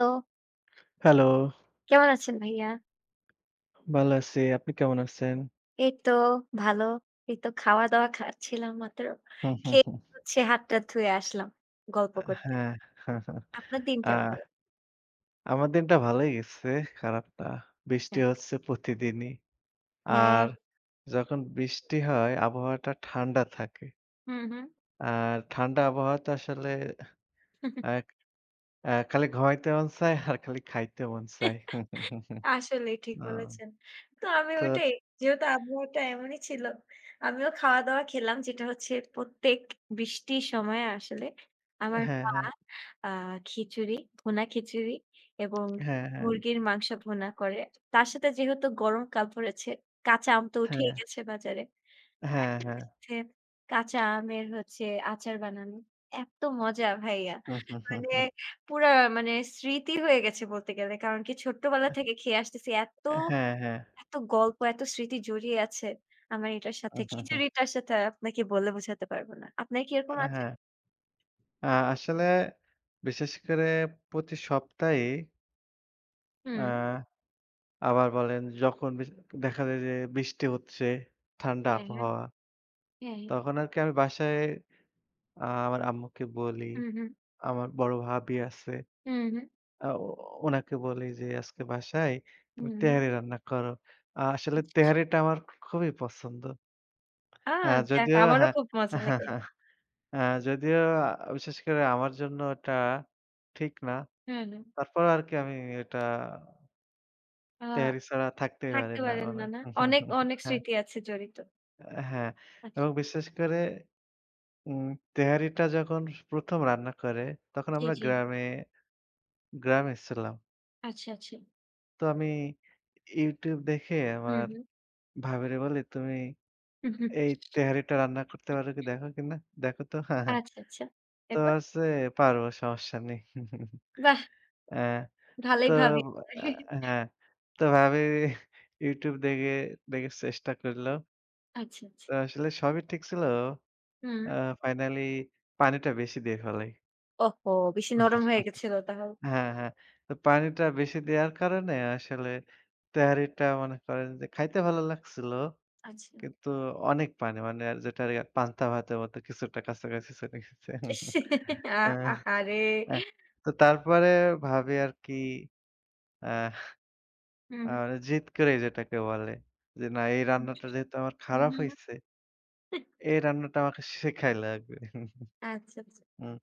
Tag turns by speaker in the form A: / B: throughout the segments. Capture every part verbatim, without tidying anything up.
A: তো
B: হ্যালো,
A: কেমন আছেন ভাইয়া?
B: ভালো আছি। আপনি কেমন আছেন?
A: এই তো ভালো। এই তো খাওয়া-দাওয়া খাচ্ছিলাম মাত্র।
B: হুম, হুম,
A: খেয়ে
B: হুম।
A: হচ্ছে হাত-টাত ধুয়ে আসলাম গল্প
B: আ
A: করতে।
B: হ্যাঁ।
A: আপনার দিন কেমন
B: আ
A: গেল?
B: আমার দিনটা ভালোই গেছে, খারাপ না। বৃষ্টি
A: যাক।
B: হচ্ছে প্রতিদিনই।
A: হ্যাঁ।
B: আর যখন বৃষ্টি হয় আবহাওয়াটা ঠান্ডা থাকে।
A: হুম, হুম।
B: আর ঠান্ডা আবহাওয়াতে আসলে এক আ খালি ঘুমাইতে মন চায় আর খালি খাইতে মন চায়। হুম, হুম, হুম, হুম।
A: আসলেই ঠিক
B: আ
A: বলেছেন। তো আমি
B: তো
A: ওইটাই যেহেতু আবহাওয়াটা এমনই ছিল। আমিও খাওয়া-দাওয়া খেলাম যেটা হচ্ছে প্রত্যেক বৃষ্টির সময়ে আসলে আমার
B: হ্যাঁ,
A: মা
B: হ্যাঁ,
A: আ খিচুড়ি, ভুনা খিচুড়ি এবং
B: হ্যাঁ, হ্যাঁ,
A: মুরগির মাংস ভুনা করে। তার সাথে যেহেতু গরমকাল পড়েছে, কাঁচা আম তো
B: হ্যাঁ,
A: উঠেই গেছে বাজারে। তার
B: হ্যাঁ, হ্যাঁ।
A: সাথে, সাথে কাঁচা আমের হচ্ছে আচার বানানো। এত মজা ভাইয়া।
B: হুম, হুম, হুম,
A: মানে
B: হুম।
A: পুরা মানে স্মৃতি হয়ে গেছে বলতে গেলে। কারণ কি ছোট্টবেলা থেকে খেয়ে আসতেছি। এত,
B: হ্যাঁ, হ্যাঁ।
A: এত গল্প, এত স্মৃতি জড়িয়ে আছে আমার এটার সাথে।
B: হুম, হুম, হুম।
A: খিচুড়িটার সাথে আপনাকে বলে বোঝাতে পারবো না। আপনার কি এরকম আছে?
B: হ্যাঁ। আ আসলে বিশেষ করে প্রতি সপ্তাহে আ
A: হুম।
B: হুম। আবার বলেন যখন বেশ দেখা যায় যে বৃষ্টি হচ্ছে, ঠান্ডা
A: হ্যাঁ, হ্যাঁ।
B: আবহাওয়া।
A: হ্যাঁ, হ্যাঁ।
B: তখন আরকি আমি বাসায় আ আমার আম্মুকে বলি,
A: হুম, হুম।
B: আমার বড় ভাবি আছে।
A: হুম, হুম।
B: আ ও ওনাকে বলি যে, "আজকে বাসায়
A: হুম,
B: তুমি
A: হুম।
B: তেহারি রান্না করো।" আ আসলে
A: আচ্ছা, আচ্ছা।
B: তেহারিটা আমার খুবই পছন্দ।
A: আ
B: আ
A: যাক
B: যদিও
A: আমারও
B: হ্যাঁ,
A: খুব মজা লাগে।
B: আ যদিও আ বিশেষ করে আমার জন্য ওটা ঠিক না।
A: হুম, হুম।
B: তারপরও আরকি আমি এটা
A: আ
B: তেহারি ছাড়া থাকতেই পারি
A: থাকতে
B: না
A: পারেন
B: মানে।
A: না, না? অনেক, অনেক
B: হ্যাঁ,
A: স্মৃতি আছে জড়িত।
B: হ্যাঁ
A: আচ্ছা।
B: এবং বিশেষ করে উম তেহারিটা যখন প্রথম রান্না করে তখন
A: জি,
B: আমরা
A: জি।
B: গ্রামে, গ্রামে ছিলাম।
A: আচ্ছা, আচ্ছা।
B: তো আমি YouTube দেখে
A: হুম,
B: আমার
A: হুম।
B: ভাবিরে বলি, "তুমি
A: হুম, হুম।
B: এই তেহারিটা রান্না করতে পারো কি দেখো কিনা? দেখো তো।" হ্যাঁ হ্যাঁ।
A: আচ্ছা, আচ্ছা।
B: তো
A: তারপর?
B: বলছে, "পারবো সমস্যা নেই।"
A: বাহ!
B: অ্যা
A: ভালোই
B: তো
A: ভাবি
B: আ হ্যাঁ, তো ভাবি YouTube দেখে, দেখে চেষ্টা করল।
A: আচ্ছা, আচ্ছা।
B: তো আসলে সবই ঠিক ছিল।
A: হুম।
B: আ ফাইনালি পানিটা বেশি দিয়ে ফেলাই।
A: ওহহো! বেশি নরম হয়ে গেছিল তাহলে।
B: হ্যাঁ, হ্যাঁ। তো পানিটা বেশি দেওয়ার কারণে আসলে তেহারিটা মনে করেন যে খাইতে ভালো লাগছিল।
A: আচ্ছা।
B: কিন্তু অনেক পানি মানে আর যেটা আর পান্তা ভাতের মতো কিছুটা কাছাকাছি চলে গেছে।
A: ইস, আ
B: আ
A: আহারে!
B: হ্যাঁ। তো তারপরে ভাবি আরকি আ
A: হুম,
B: আ
A: হুম।
B: মানে জিদ করে যেটাকে বলে। যে না এই রান্নাটা যেহেতু আমার
A: হুম,
B: খারাপ
A: হুম, হুম।
B: হইছে, এই রান্নাটা আমাকে শেখাই লাগবে।
A: আচ্ছা, আচ্ছা।
B: হুম।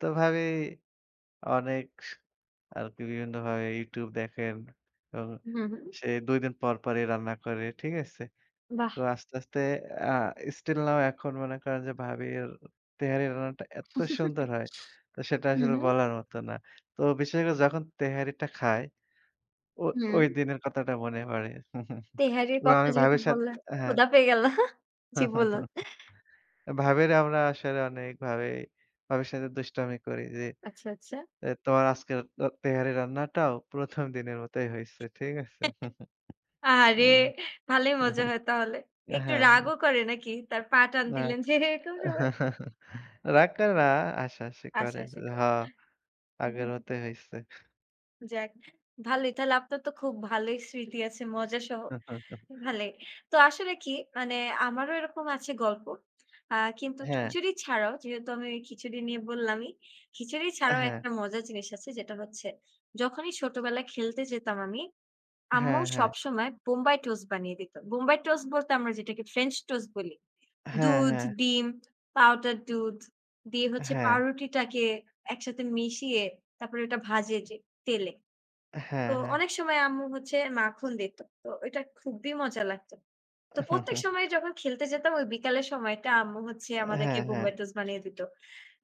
B: তো ভাবি অনেক আর আপনি বিভিন্নভাবে YouTube দেখেন এবং
A: হুম, হুম।
B: সে দুই দিন পর, পরই রান্না করে। ঠিক আছে?
A: বাহ!
B: তো আস্তে, আস্তে আ স্টিল নাও এখন মনে করেন যে ভাবির তেহারি রান্নাটা এত সুন্দর হয়, তো সেটা
A: হুম,
B: আসলে
A: হুম।
B: বলার মতো না। তো বিশেষ করে যখন তেহারিটা খাই, ও
A: হুম।
B: ওই দিনের কথাটা মনে পড়ে।
A: তেহারির
B: এবং
A: কথা
B: আমি
A: যেহেতু
B: ভাবির সাথে
A: বললেন,
B: হ্যাঁ।
A: ক্ষুধা পেয়ে গেল। জি বলুন।
B: ভাবির আমরা আসলে অনেকভাবে ভাবির সাথে দুষ্টামি করি যে,
A: আচ্ছা, আচ্ছা।
B: "এ তোমার আজকের র তেহারি রান্নাটাও প্রথম দিনের মতোই হইছে।" ঠিক আছে?
A: আহারে!
B: হুম।
A: ভালোই
B: হুম,
A: মজা
B: হুম।
A: হয় তাহলে।
B: হ্যাঁ,
A: একটু
B: হ্যাঁ।
A: রাগও করে নাকি? তার পা টান
B: না
A: দিলেন যে এরকম সবাই
B: রাগ-কানা হাসাহাসি করে।
A: আশা
B: হ
A: শেখার।
B: আগের মতোই হইছে।
A: যাক ভালোই। তাহলে আপনার তো খুব ভালোই স্মৃতি আছে মজা সহ। ভালোই। তো আসলে কি মানে আমারও এরকম আছে গল্প। আ কিন্তু
B: হ্যাঁ,
A: খিচুড়ি ছাড়াও যেহেতু আমি ওই খিচুড়ি নিয়ে বললামই, খিচুড়ি ছাড়াও
B: হ্যাঁ,
A: একটা মজার জিনিস আছে যেটা হচ্ছে যখনই ছোটবেলায় খেলতে যেতাম আমি, আম্মু
B: হ্যাঁ, হ্যাঁ,
A: সবসময় বোম্বাই টোস্ট বানিয়ে দিত। বোম্বাই টোস্ট বলতে আমরা যেটাকে ফ্রেঞ্চ টোস্ট বলি।
B: হ্যাঁ,
A: দুধ,
B: হ্যাঁ,
A: ডিম, পাউডার দুধ দিয়ে হচ্ছে
B: হ্যাঁ,
A: পাউরুটিটাকে একসাথে মিশিয়ে তারপরে ওটা ভাজে যে তেলে।
B: হ্যাঁ,
A: তো
B: হ্যাঁ।
A: অনেক সময় আম্মু হচ্ছে মাখন দিত। তো এটা খুবই মজা লাগতো। তো প্রত্যেক সময় যখন খেলতে যেতাম ওই বিকালের সময়টা আম্মু হচ্ছে আমাদেরকে
B: হ্যাঁ, হ্যাঁ,
A: বোম্বাই টোস্ট বানিয়ে দিত।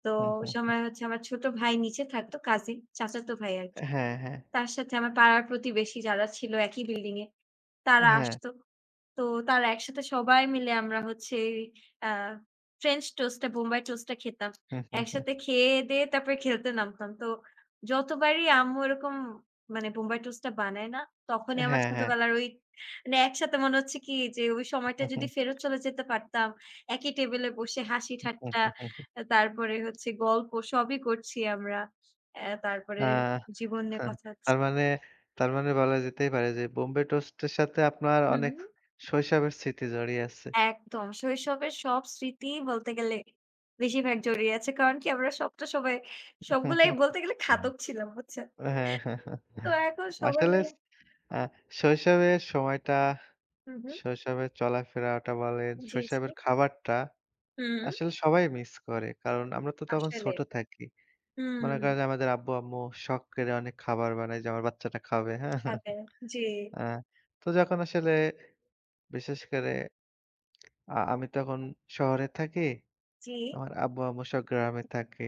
A: তো
B: হুম,
A: ওই
B: হুম।
A: সময় হচ্ছে আমার ছোট ভাই নিচে থাকতো কাজিন, চাচাতো ভাই আরকি।
B: হ্যাঁ, হ্যাঁ,
A: তার সাথে আমার পাড়ার প্রতিবেশী যারা ছিল একই বিল্ডিং এ তারা
B: হ্যাঁ,
A: আসতো। তো তারা একসাথে সবাই মিলে আমরা হচ্ছে আ ফ্রেঞ্চ টোস্ট টা বোম্বাই টোস্ট টা খেতাম।
B: হুম, হুম, হুম।
A: একসাথে খেয়ে-দেয়ে তারপরে খেলতে নামতাম। তো যতবারই আম্মু এরকম মানে বোম্বাই টোস্ট টা বানায় না, তখনই আমার
B: হ্যাঁ, হ্যাঁ,
A: ছোটবেলার ওই মানে একসাথে মনে হচ্ছে কি যে ওই সময়টা
B: হুম,
A: যদি
B: হুম,
A: ফেরত চলে যেতে পারতাম, একই টেবলে বসে হাসি
B: হুম,
A: ঠাট্টা,
B: হুম, হুম।
A: আ তারপরে হচ্ছে গল্প সবই করছি আমরা। অ্যা তারপরে
B: আহ
A: জীবন নিয়ে কথা হচ্ছে।
B: তার মানে তার মানে বলা যেতেই পারে যে বোম্বে টোস্টের সাথে আপনার
A: হু,
B: অনেক
A: হু।
B: শৈশবের স্মৃতি জড়িয়ে আছে।
A: একদম। শৈশবের সব স্মৃতি বলতে গেলে বেশিরভাগ জড়িয়ে আছে। কারণ কি আমরা সবটা সবাই সবগুলাই বলতে গেলে ঘাতক ছিলাম, বুঝছেন?
B: হ্যাঁ, হ্যাঁ, হ্যাঁ।
A: তো এখন সবাই
B: আসলে
A: মিলে
B: আ শৈশবের সময়টা,
A: হুম, হুম।
B: শৈশবের চলাফেরাটা বলেন,
A: জি, জি।
B: শৈশবের খাবারটা
A: হুম,
B: আসলে সবাই মিস করে। কারণ আমরা তো তখন
A: আসলে।
B: ছোট থাকি। মনে
A: হুম,
B: করেন যে আমাদের আব্বু-আম্মু শখ করে অনেক খাবার বানায় যে আমার বাচ্চাটা খাবে। হ্যাঁ?
A: সাথে। জি,
B: হ্যাঁ, আ তো যখন আসলে বিশেষ করে আ আমি তখন শহরে থাকি,
A: জি।
B: আমার আব্বু-আম্মু সব গ্রামে থাকে।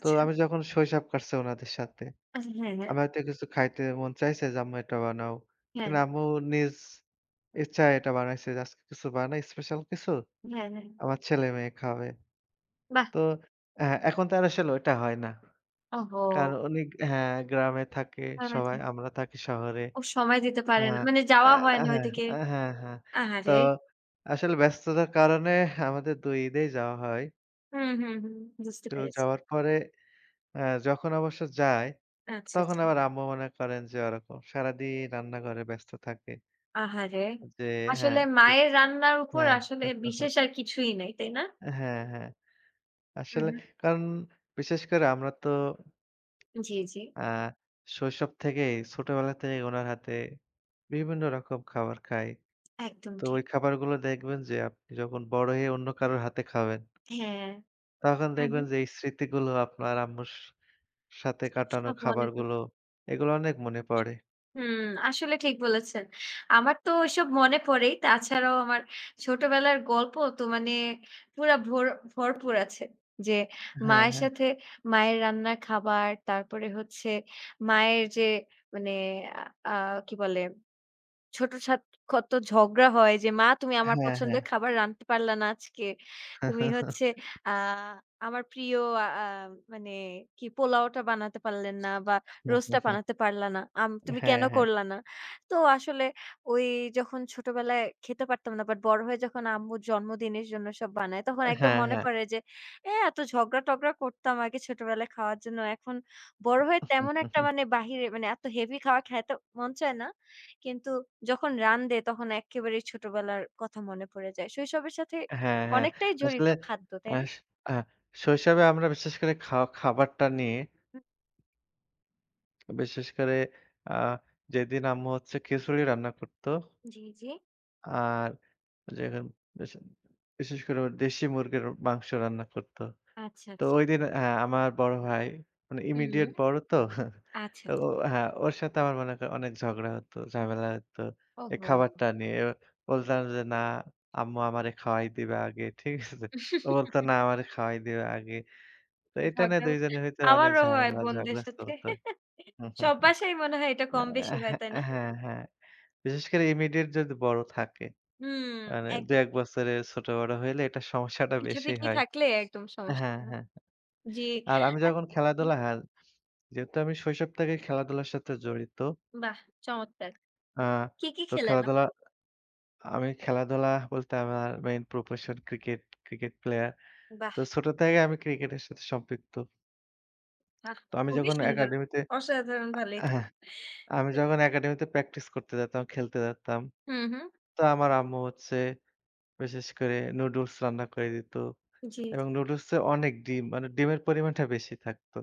B: তো আমি যখন শৈশব কাটছে ওনাদের সাথে।
A: হ্যাঁ, হ্যাঁ।
B: আমার হয়তো কিছু খাইতে মন চাইছে যে, "আম্মু এটা বানাও।"
A: হ্যাঁ,
B: কিন্তু আম্মু নিজ ইচ্ছায় এটা বানাইছে যে, আজকে কিছু বানাই স্পেশাল কিছু,
A: হ্যাঁ, হ্যাঁ।
B: আমার ছেলে-মেয়ে খাবে।
A: বাহ!
B: তো অ্যা এখন তো আর আসলে ওটা হয় না।
A: ওহো!
B: কারণ উনি হ্যাঁ, গ্রামে থাকে
A: সময় আছে।
B: সবাই, আমরা থাকি শহরে।
A: ও সময় দিতে পারে না।
B: হ্যাঁ,
A: মানে
B: আ
A: যাওয়া হয় না
B: হ্যাঁ,
A: ওইদিকে।
B: আ হ্যাঁ, হ্যাঁ। তো
A: আহারে!
B: আসলে ব্যস্ততার কারণে আমাদের দুই ঈদেই যাওয়া হয়।
A: হুম, হুম, হুম। বুঝতে
B: তো
A: পেরেছি।
B: যাওয়ার পরে অ্যা যখন অবশ্য যাই,
A: আচ্ছা,
B: তখন
A: আচ্ছা।
B: আবার আম্মু মনে করেন যে ওরকম সারাদিন রান্নাঘরে ব্যস্ত থাকে।
A: আহারে!
B: যে হ্যাঁ,
A: আসলে
B: ঠিক
A: মায়ের রান্নার উপর
B: হ্যাঁ।
A: আসলে বিশেষ আর কিছুই নাই, তাই না?
B: হ্যাঁ, হ্যাঁ।
A: হু,
B: আসলে
A: হু।
B: কারণ বিশেষ করে আমরা তো
A: জি, জি।
B: আ শৈশব থেকেই ছোটবেলা থেকেই উনার হাতে বিভিন্ন রকম খাবার খাই।
A: একদম
B: তো
A: ঠিক।
B: ওই খাবারগুলো দেখবেন যে আপনি যখন বড় হয়ে অন্য কারোর হাতে খাবেন,
A: হ্যাঁ।
B: তখন
A: হু, হু।
B: দেখবেন যে এই স্মৃতিগুলো আপনার আম্মুর সাথে কাটানো
A: সব মনে পড়ে।
B: খাবারগুলো এগুলো অনেক মনে পড়ে।
A: হুম, আসলে ঠিক বলেছেন। আমার তো ওইসব মনে পড়েই। তাছাড়াও আমার ছোটবেলার গল্প তো মানে পুরা ভোর ভরপুর আছে। যে
B: হ্যাঁ,
A: মায়ের
B: হ্যাঁ।
A: সাথে মায়ের রান্নার খাবার, তারপরে হচ্ছে মায়ের যে মানে আ আ কি বলে ছোট সাত কত ঝগড়া হয় যে, "মা তুমি আমার
B: হ্যাঁ, হ্যাঁ।
A: পছন্দের খাবার রাঁধতে পারলা না আজকে। তুমি হচ্ছে আ আমার প্রিয় আ আ মানে কি পোলাওটা বানাতে পারলেন না বা রোস্টটা বানাতে পারলা না। আম তুমি
B: হ্যাঁ,
A: কেন
B: হ্যাঁ।
A: করলা না?" তো আসলে ওই যখন ছোটবেলায় খেতে পারতাম না। বাট বড় হয়ে যখন আম্মু জন্মদিনের জন্য সব বানায়, তখন একদম
B: হ্যাঁ,
A: মনে
B: হ্যাঁ।
A: পড়ে যে, "এ এত ঝগড়া-টগড়া করতাম আগে ছোটবেলায় খাওয়ার জন্য। এখন বড় হয়ে তেমন একটা মানে বাহিরে মানে এত হেভি খাওয়া খাইতে মন চায় না।" কিন্তু যখন রান দেয় তখন এক্কেবারেই ছোটবেলার কথা মনে পড়ে যায়। শৈশবের সাথে
B: হ্যাঁ, হ্যাঁ।
A: অনেকটাই জড়িত
B: আসলে
A: খাদ্য, তাই না?
B: আস আ শৈশবে আমরা বিশেষ করে খা খাবারটা নিয়ে
A: হুম,
B: বিশেষ করে আ যেদিন আম্মু হচ্ছে খিচুড়ি রান্না করত।
A: জি, জি।
B: আর যেখান বিশে বিশেষ করে ও দেশি মুরগির মাংস রান্না করত।
A: আচ্ছা,
B: তো
A: আচ্ছা।
B: ঐদিন আ আমার বড় ভাই মানে
A: হুম।
B: ইমিডিয়েট বড় তো।
A: আচ্ছা, আচ্ছা।
B: তো ও হ্যাঁ, ওর সাথে আমার মনে করেন অনেক ঝগড়া হতো, ঝামেলা হতো। এই
A: ওহো!
B: খাবারটা নিয়ে। বলতাম যে, "না আম্মু আমারে খাওয়াই দিবে আগে।" ঠিক আছে? ও বলত, "না আমারে খাওয়াই দিবে আগে।" তো এটা নিয়ে
A: ঝগড়া
B: দুই
A: হতো?
B: জনের ভিতরে অনেক
A: আমারও হয়
B: ঝামেলা
A: বোনদের
B: ঝগড়া
A: সাথে।
B: চলত।
A: সব বাসায় মনে হয় এটা কম বেশি হয়, তাই
B: আ
A: না?
B: হ্যাঁ, হ্যাঁ। বিশেষ করে ইমিডিয়েট যদি বড় থাকে।
A: হুম,
B: মানে
A: একদম
B: দুই এক
A: ঠিক।
B: বছরের ছোট-বড় হইলে এটার সমস্যাটা বেশি
A: পিঠাপিঠি
B: হয়।
A: থাকলে একদম সমস্যা
B: হ্যাঁ,
A: হয় না।
B: হ্যাঁ।
A: জি।
B: আর আমি যখন
A: আচ্ছা হুম,
B: খেলাধুলা হ্যাঁ, যেহেতু আমি শৈশব থেকেই খেলাধুলার সাথে জড়িত।
A: বাহ! চমৎকার।
B: আ
A: কি, কি
B: তো
A: খেলেন
B: খেলাধুলা
A: আপনি?
B: আমি খেলাধুলা বলতে আমার main profession cricket, cricket player.
A: বাহ!
B: তো ছোট থেকে আমি ক্রিকেটের সাথে সম্পৃক্ত।
A: বাহ!
B: তো আমি
A: খুবই
B: যখন
A: সুন্দর।
B: একাডেমিতে
A: অসাধারণভাবে লেখা।
B: হ্যাঁ, আমি যখন একাডেমিতে প্র্যাকটিস করতে যেতাম, খেলতে যেতাম
A: হুম, হুম।
B: তো আমার আম্মু হচ্ছে বিশেষ করে নুডলস রান্না করে দিত
A: জি, জি।
B: এবং নুডলসে অনেক ডিম মানে ডিমের পরিমাণটা বেশি থাকতো।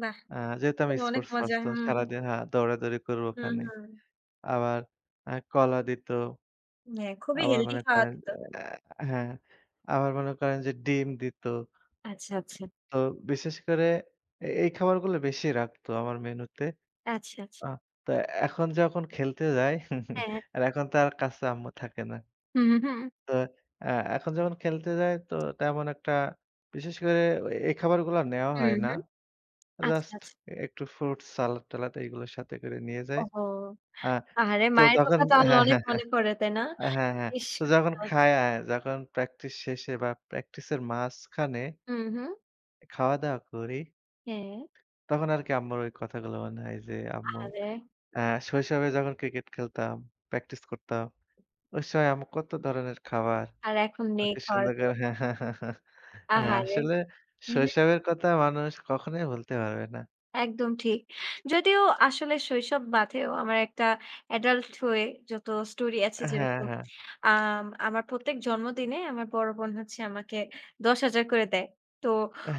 A: বাহ!
B: আ যেহেতু
A: তো
B: আমি
A: অনেক
B: স্পোর্টস
A: মজা।
B: পারসন
A: হুম, হুম।
B: সারাদিন হ্যাঁ, দৌড়াদৌড়ি করব
A: হুম,
B: ওখানে।
A: হুম।
B: আবার আ কলা দিত।
A: হ্যাঁ, খুবই
B: আবার
A: হেলদি
B: মনে
A: খাওয়া
B: করেন
A: যেত।
B: আ হ্যাঁ, আবার মনে করেন যে ডিম দিত।
A: আচ্ছা, আচ্ছা।
B: তো বিশেষ করে এ এই খাবারগুলো বেশি রাখতো আমার মেনুতে।
A: আচ্ছা, আচ্ছা।
B: আ তো এখন যখন খেলতে যাই
A: হ্যাঁ।
B: আর এখন তো আর কাছে আম্মু থাকে না।
A: হুম, হুম।
B: তো অ্যা এখন যেমন খেলতে যাই তো তেমন একটা বিশেষ করে এই খাবারগুলা নেওয়া
A: হুম,
B: হয় না।
A: হুম। আচ্ছা,
B: জাস্ট
A: আচ্ছা।
B: একটু ফ্রুটস, সালাদ-টালাদ এইগুলো সাথে করে নিয়ে যাই।
A: ওহো!
B: আ
A: আহারে!
B: তো
A: মায়ের
B: তখন
A: কথা তাহলে
B: হ্যাঁ,
A: অনেক
B: হ্যাঁ, হ্যাঁ,
A: মনে পড়ে, তাই না?
B: হ্যাঁ, হ্যাঁ।
A: বেশ
B: তো যখন
A: ভালো।
B: খাই আ যখন প্র্যাকটিস শেষে বা প্র্যাকটিসের মাঝখানে
A: হুম, হুম।
B: খাওয়া-দাওয়া করি,
A: হ্যাঁ।
B: তখন আরকি আম্মুর ওই কথাগুলো মনে হয় যে আম্মু
A: আহারে!
B: অ্যা শৈশবে যখন ক্রিকেট খেলতাম, প্র্যাকটিস করতাম, ওই সময় আম্মু কত ধরনের খাবার
A: আর এখন নেই
B: আকর্ষণ
A: খাওয়ার
B: করা
A: কোনো।
B: হ্যাঁ, হ্যাঁ, হ্যাঁ, হ্যাঁ। হ্যাঁ,
A: আহারে!
B: আসলে শৈশবের কথা মানুষ কখনোই ভুলতে পারবে না।
A: একদম ঠিক। যদিও আসলে শৈশব বাদেও আমার একটা অ্যাডাল্ট হয়ে যত স্টোরি আছে
B: হ্যাঁ,
A: যেরকম
B: হ্যাঁ।
A: আম আমার প্রত্যেক জন্মদিনে আমার বড় বোন হচ্ছে আমাকে দশ হাজার করে দেয়। তো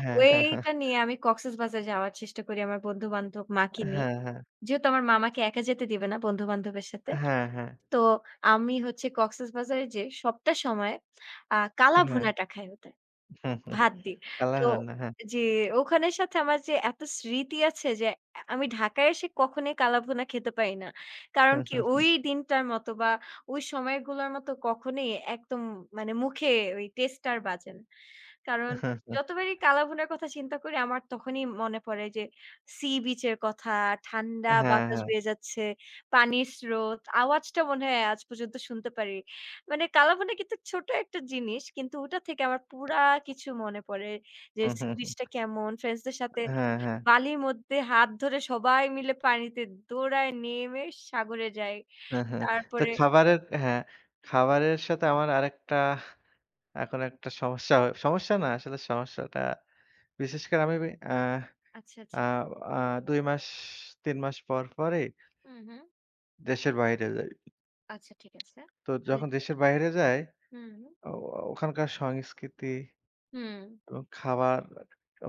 B: হ্যাঁ, হ্যাঁ, হ্যাঁ।
A: ওইটা নিয়ে আমি কক্সেসবাজার যাওয়ার চেষ্টা করি আমার বন্ধু-বান্ধব, মাকে নিয়ে।
B: হ্যাঁ, হ্যাঁ।
A: যেহেতু আমার মা আমাকে একা যেতে দিবে না বন্ধু-বান্ধবের সাথে।
B: হ্যাঁ, হ্যাঁ।
A: তো আমি হচ্ছে কক্সেসবাজারে যেয়ে সবটা সময় আ কালা
B: হ্যাঁ।
A: ভুনাটা খাই ওদের।
B: হুম, হুম।
A: ভাত দিয়ে। তো
B: আল্লাহর হ্যাঁ।
A: যে ওখানের সাথে আমার যে এত স্মৃতি আছে যে আ আমি ঢাকায় এসে কখনোই কালাভুনা খেতে পারি না। কারণ
B: হুম,
A: কি
B: হুম।
A: ওই দিনটার মতো বা ওই সময়গুলোর মতো কখনোই একদম মানে মুখে ওই টেস্ট টা আর বাজে না। কারণ
B: হুম, হুম।
A: যতবারই কালাভুনার কথা চিন্তা করি আমার তখনই মনে পড়ে যে সি বিচ এর কথা, ঠান্ডা
B: হ্যাঁ,
A: বাতাস
B: হ্যাঁ।
A: বেয়ে যাচ্ছে, পানির স্রোত, আওয়াজটা মনে হয় আজ পর্যন্ত শুনতে পারি। মানে কালাভুনা কিন্তু ছোট একটা জিনিস। কিন্তু ওটা থেকে আমার পুরা কিছু মনে পড়ে। যে
B: হুম,
A: সি
B: হুম, হুম।
A: বিচটা কেমন, ফ্রেন্ডসদের সাথে
B: হ্যাঁ, হ্যাঁ।
A: বালির মধ্যে হাত ধরে সবাই মিলে পানিতে দৌড়ায় নেমে সাগরে যাই।
B: হ্যাঁ, হ্যাঁ। তো
A: তারপরে
B: খাবারের হ্যাঁ, খাবারের সাথে আমার আরেকটা এখন একটা সমস্যা হয় সমস্যা না আসলে সমস্যাটা বিশেষ করে আমি আ
A: আচ্ছা,
B: আ
A: আচ্ছা।
B: আ দুই মাস তিন মাস পর পরই
A: হুম, হুম।
B: দেশের বাইরে যাই।
A: আচ্ছা ঠিক আছে।
B: তো
A: ভালোই
B: যখন
A: তো।
B: দেশের বাইরে যাই,
A: হুম,
B: ও ওখানকার সংস্কৃতি
A: হুম।
B: এবং খাবার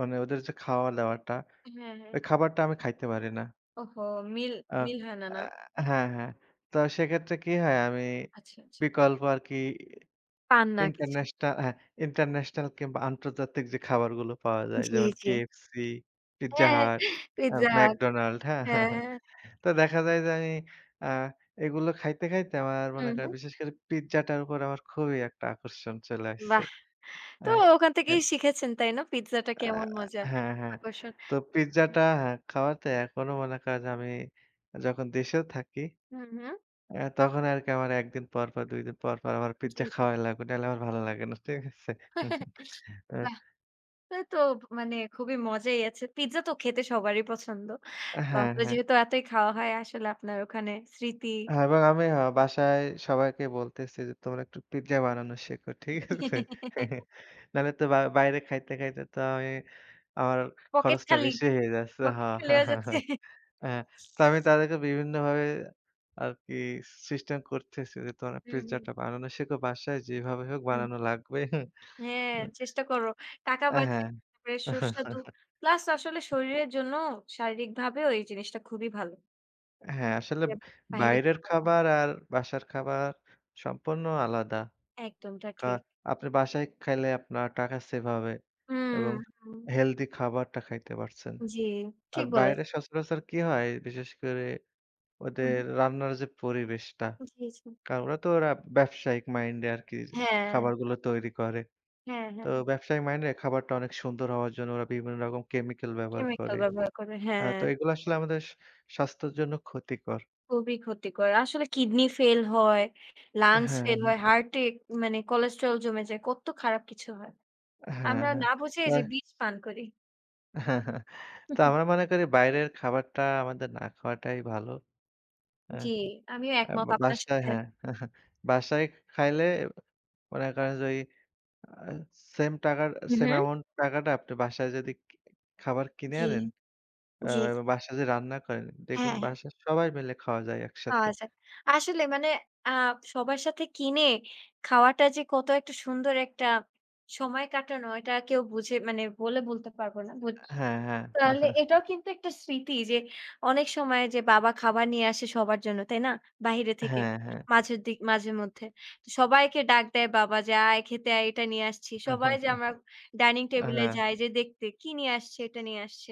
B: মানে ওদের যে খাওয়া-দাওয়াটা,
A: হ্যাঁ, হ্যাঁ।
B: ওই খাবারটা আমি খাইতে পারি না।
A: ওহো! মিল
B: আ
A: মিল হয় না, না?
B: আ হ্যাঁ, হ্যাঁ। তো সেক্ষেত্রে কি হয় আমি
A: আচ্ছা, আচ্ছা।
B: বিকল্প আরকি
A: পান না কিছু।
B: ইন্টারন্যাশনাল হ্যাঁ, ইন্টারন্যাশনাল কিংবা আন্তর্জাতিক যে খাবারগুলো পাওয়া যায়
A: জি,
B: যেমন
A: জি।
B: K F C, পিজ্জা
A: হ্যাঁ,
B: হাট, আ
A: পিজ্জা হাট।
B: ম্যাকডোনাল্ড হ্যাঁ? হ্যাঁ,
A: হ্যাঁ,
B: হ্যাঁ।
A: হ্যাঁ।
B: তো দেখা যায় যে আমি আ এগুলো খাইতে, খাইতে আমার মনে
A: হুম,
B: করেন
A: হুম।
B: বিশেষ করে পিজ্জাটার উপর আমার খুবই একটা আকর্ষণ চলে আসছে।
A: বাহ!
B: আ
A: তো ওখান
B: আ
A: থেকেই শিখেছেন, তাই না? পিজ্জাটা
B: আ
A: কেমন মজা,
B: হ্যাঁ, হ্যাঁ।
A: আকর্ষণ।
B: তো পিজ্জাটা হ্যাঁ, খাওয়াতে এখনো মনে করেন আমি যখন দেশেও থাকি
A: হুম, হুম।
B: অ্যা তখন আরকি আমার এক দিন পর, পর দুই দিন পর, পর আমার
A: জি,
B: পিজ্জা
A: জি।
B: খাওয়াই লাগবে। নাহলে আমার ভালো লাগে না। ঠিক আছে? আ
A: বাহ! তা তো মানে খুবই মজাই আছে। পিজ্জা তো খেতে সবারই পছন্দ। তো
B: হ্যাঁ,
A: আপনার
B: হ্যাঁ।
A: যেহেতু এতই খাওয়া হয় আসলে আপনার ওখানে স্মৃতি
B: হ্যাঁ, এবং আমি আ বাসায় সবাইকে বলতেছি যে, "তোমরা একটু পিজ্জা বানানো শেখো।" ঠিক আছে? নাহলে তো বা বাইরে খাইতে, খাইতে তো আমি আমার
A: পকেট
B: খরচটা
A: খালি,
B: বেশি হয়ে যাচ্ছে। হ
A: পকেট খালি হয়ে যাচ্ছে।
B: হ্যাঁ। তো আমি তাদেরকে বিভিন্নভাবে আরকি সিস্টেম করতেছি যে, "তোমরা
A: হুম, হুম,
B: পিজ্জাটা বানানো শেখো বাসায়। যেভাবে হোক
A: হুম।
B: বানানো লাগবে।"
A: হ্যাঁ,
B: হুম।
A: চেষ্টা করো। টাকা
B: আ
A: বাঁচে,
B: হ্যাঁ।
A: তারপরে সুস্বাদু। প্লাস আসলে শরীরের জন্য শারীরিকভাবেও এই জিনিসটা খুবই ভালো।
B: হ্যাঁ, আসলে
A: বাইরে
B: বাইরের
A: খাওয়া না।
B: খাবার আর বাসার খাবার সম্পূর্ণ আলাদা।
A: একদমটা
B: কা
A: ঠিক।
B: আপনি বাসায় খাইলে আপনার টাকা সেভ হবে
A: হুম,
B: এবং
A: হুম,
B: হেলদি খাবারটা খাইতে পারছেন।
A: জি,
B: আর
A: ঠিক
B: বাইরে
A: বলেছেন।
B: সচরাচর কি হয়? বিশেষ করে
A: হুম,
B: ওদের রান্নার যে পরিবেশটা,
A: জি, জি।
B: কারণ ওরা তো ওরা ব্যবসায়িক মাইন্ডে আরকি
A: হ্যাঁ,
B: খাবারগুলো তৈরি করে।
A: হ্যাঁ,
B: তো
A: হ্যাঁ।
B: ব্যবসায়িক মাইন্ডে খাবারটা অনেক সুন্দর হওয়ার জন্য ওরা বিভিন্ন রকম কেমিক্যাল ব্যবহার
A: কেমিক্যাল
B: করে।
A: ব্যবহার করে,
B: আ
A: হ্যাঁ,
B: তো এগুলো আসলে আমাদের স স্বাস্থ্যের জন্য ক্ষতিকর।
A: খুবই ক্ষতিকর। আসলে কিডনি ফেল হয়, লাংস ফেল হয়,
B: হ্যাঁ,
A: হার্টে মানে কোলেস্টেরল জমে যায়, কত খারাপ কিছু হয়।
B: হ্যাঁ, হ্যাঁ,
A: আমরা
B: হ্যাঁ।
A: না বুঝে
B: তো
A: এই যে বিষ পান করি।
B: তো আমরা মনে করি বাইরের খাবারটা আমাদের না খাওয়াটাই ভালো। হ্যাঁ,
A: জি, আমিও
B: আ
A: একমত আপনার
B: বাসায়
A: সাথে।
B: হ্যাঁ, বাসায় খাইলে মনে করেন যে ওই আ সেম টাকার
A: হু,
B: সেম
A: হু।
B: অ্যামাউন্ট টাকাটা আপনি বাসায় যদি খি খাবার কিনে
A: জি,
B: আনেন, আ
A: জি, জি।
B: এবং বাসায় যদি রান্না করেন, দেখবেন
A: হ্যাঁ, হ্যাঁ।
B: বাসায় সবাই মিলে খাওয়া যায় একসাথে।
A: খাওয়া যায়। আসলে মানে আ সবার সাথে কিনে খাওয়াটা যে কত একটা সুন্দর একটা সময় কাটানো এটা কেউ বুঝে মানে বলে বলতে পারবো না। বুঝ
B: হ্যাঁ, হ্যাঁ।
A: তাহলে এটাও কিন্তু একটা স্মৃতি যে অনেক সময় যে বাবা খাবার নিয়ে আসে সবার জন্য, তাই না? বাহিরে থেকে
B: হ্যাঁ, হ্যাঁ।
A: মাঝের দিক মাঝেমধ্যে। তো সবাইকে ডাক দেয় বাবা যে, "আয় খেতে আয় এটা নিয়ে আসছি।" সবাই যে আমরা ডাইনিং টেবলে
B: হ্যাঁ,
A: যাই যে দেখতে কি নিয়ে আসছে, এটা নিয়ে আসছে।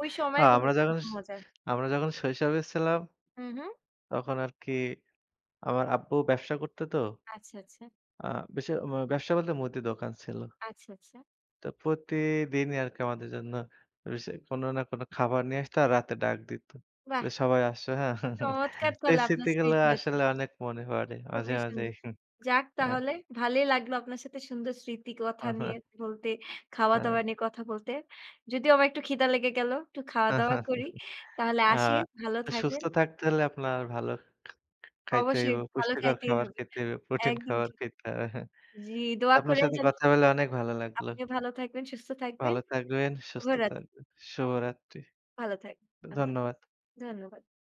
A: ওই
B: আ
A: সময়গুলো
B: আমরা যখন
A: কত মজার।
B: আমরা যখন শৈশবে ছিলাম
A: হুম, হুম।
B: তখন আরকি আমার আব্বু ব্যবসা করতো তো।
A: আচ্ছা, আচ্ছা।
B: আ বেশি ম ব্যবসা বলতে মুদি দোকান ছিল।
A: আচ্ছা, আচ্ছা।
B: তো প্রতিদিনই আরকি আমাদের জন্য বেশি কোনো না কোনো খাবার নিয়ে আসতো আর রাতে ডাক দিত।
A: বাহ!
B: যে সবাই আসো হ্যাঁ?
A: চমৎকার
B: তো এই
A: তাহলে আপনার
B: স্মৃতিগুলো
A: স্মৃতি আছে।
B: আসলে অনেক মনে পড়ে মাঝে,
A: খুবই
B: মাঝেই।
A: সুন্দর। যাক
B: হ্যাঁ।
A: তাহলে ভালোই লাগলো আপনার সাথে সুন্দর স্মৃতি কথা নিয়ে বলতে,
B: হ্যাঁ।
A: খাওয়া-দাওয়া নিয়ে কথা বলতে। যদিও আমার একটু খিদা লেগে গেল, একটু খাওয়া-দাওয়া করি। তাহলে
B: আ
A: আসি, ভালো
B: তো সুস্থ
A: থাকবেন।
B: থাকতে হলে আপনার ভালো খাইতে হইব।
A: অবশ্যই ভালো
B: পুষ্টিকর
A: খাইতেই
B: খাবার
A: হবে।
B: খেতে হইবে, প্রোটিন
A: একদম
B: খাবার
A: ঠিক।
B: খেতে হবে।
A: জি,
B: তো
A: দোয়া
B: আপনার
A: করেন
B: সাথে
A: যেন
B: কথা
A: সুস্থ
B: বলে
A: থাকেন।
B: অনেক ভালো লাগলো।
A: আপনিও ভালো থাকবেন, সুস্থ থাকবেন।
B: ভালো থাকবেন, সুস্থ
A: শুভরাত।
B: থাকবেন। শুভরাত্রি।
A: ভালো থাকবেন। আল্লাহ
B: ধন্যবাদ।
A: হাফেজ। ধন্যবাদ।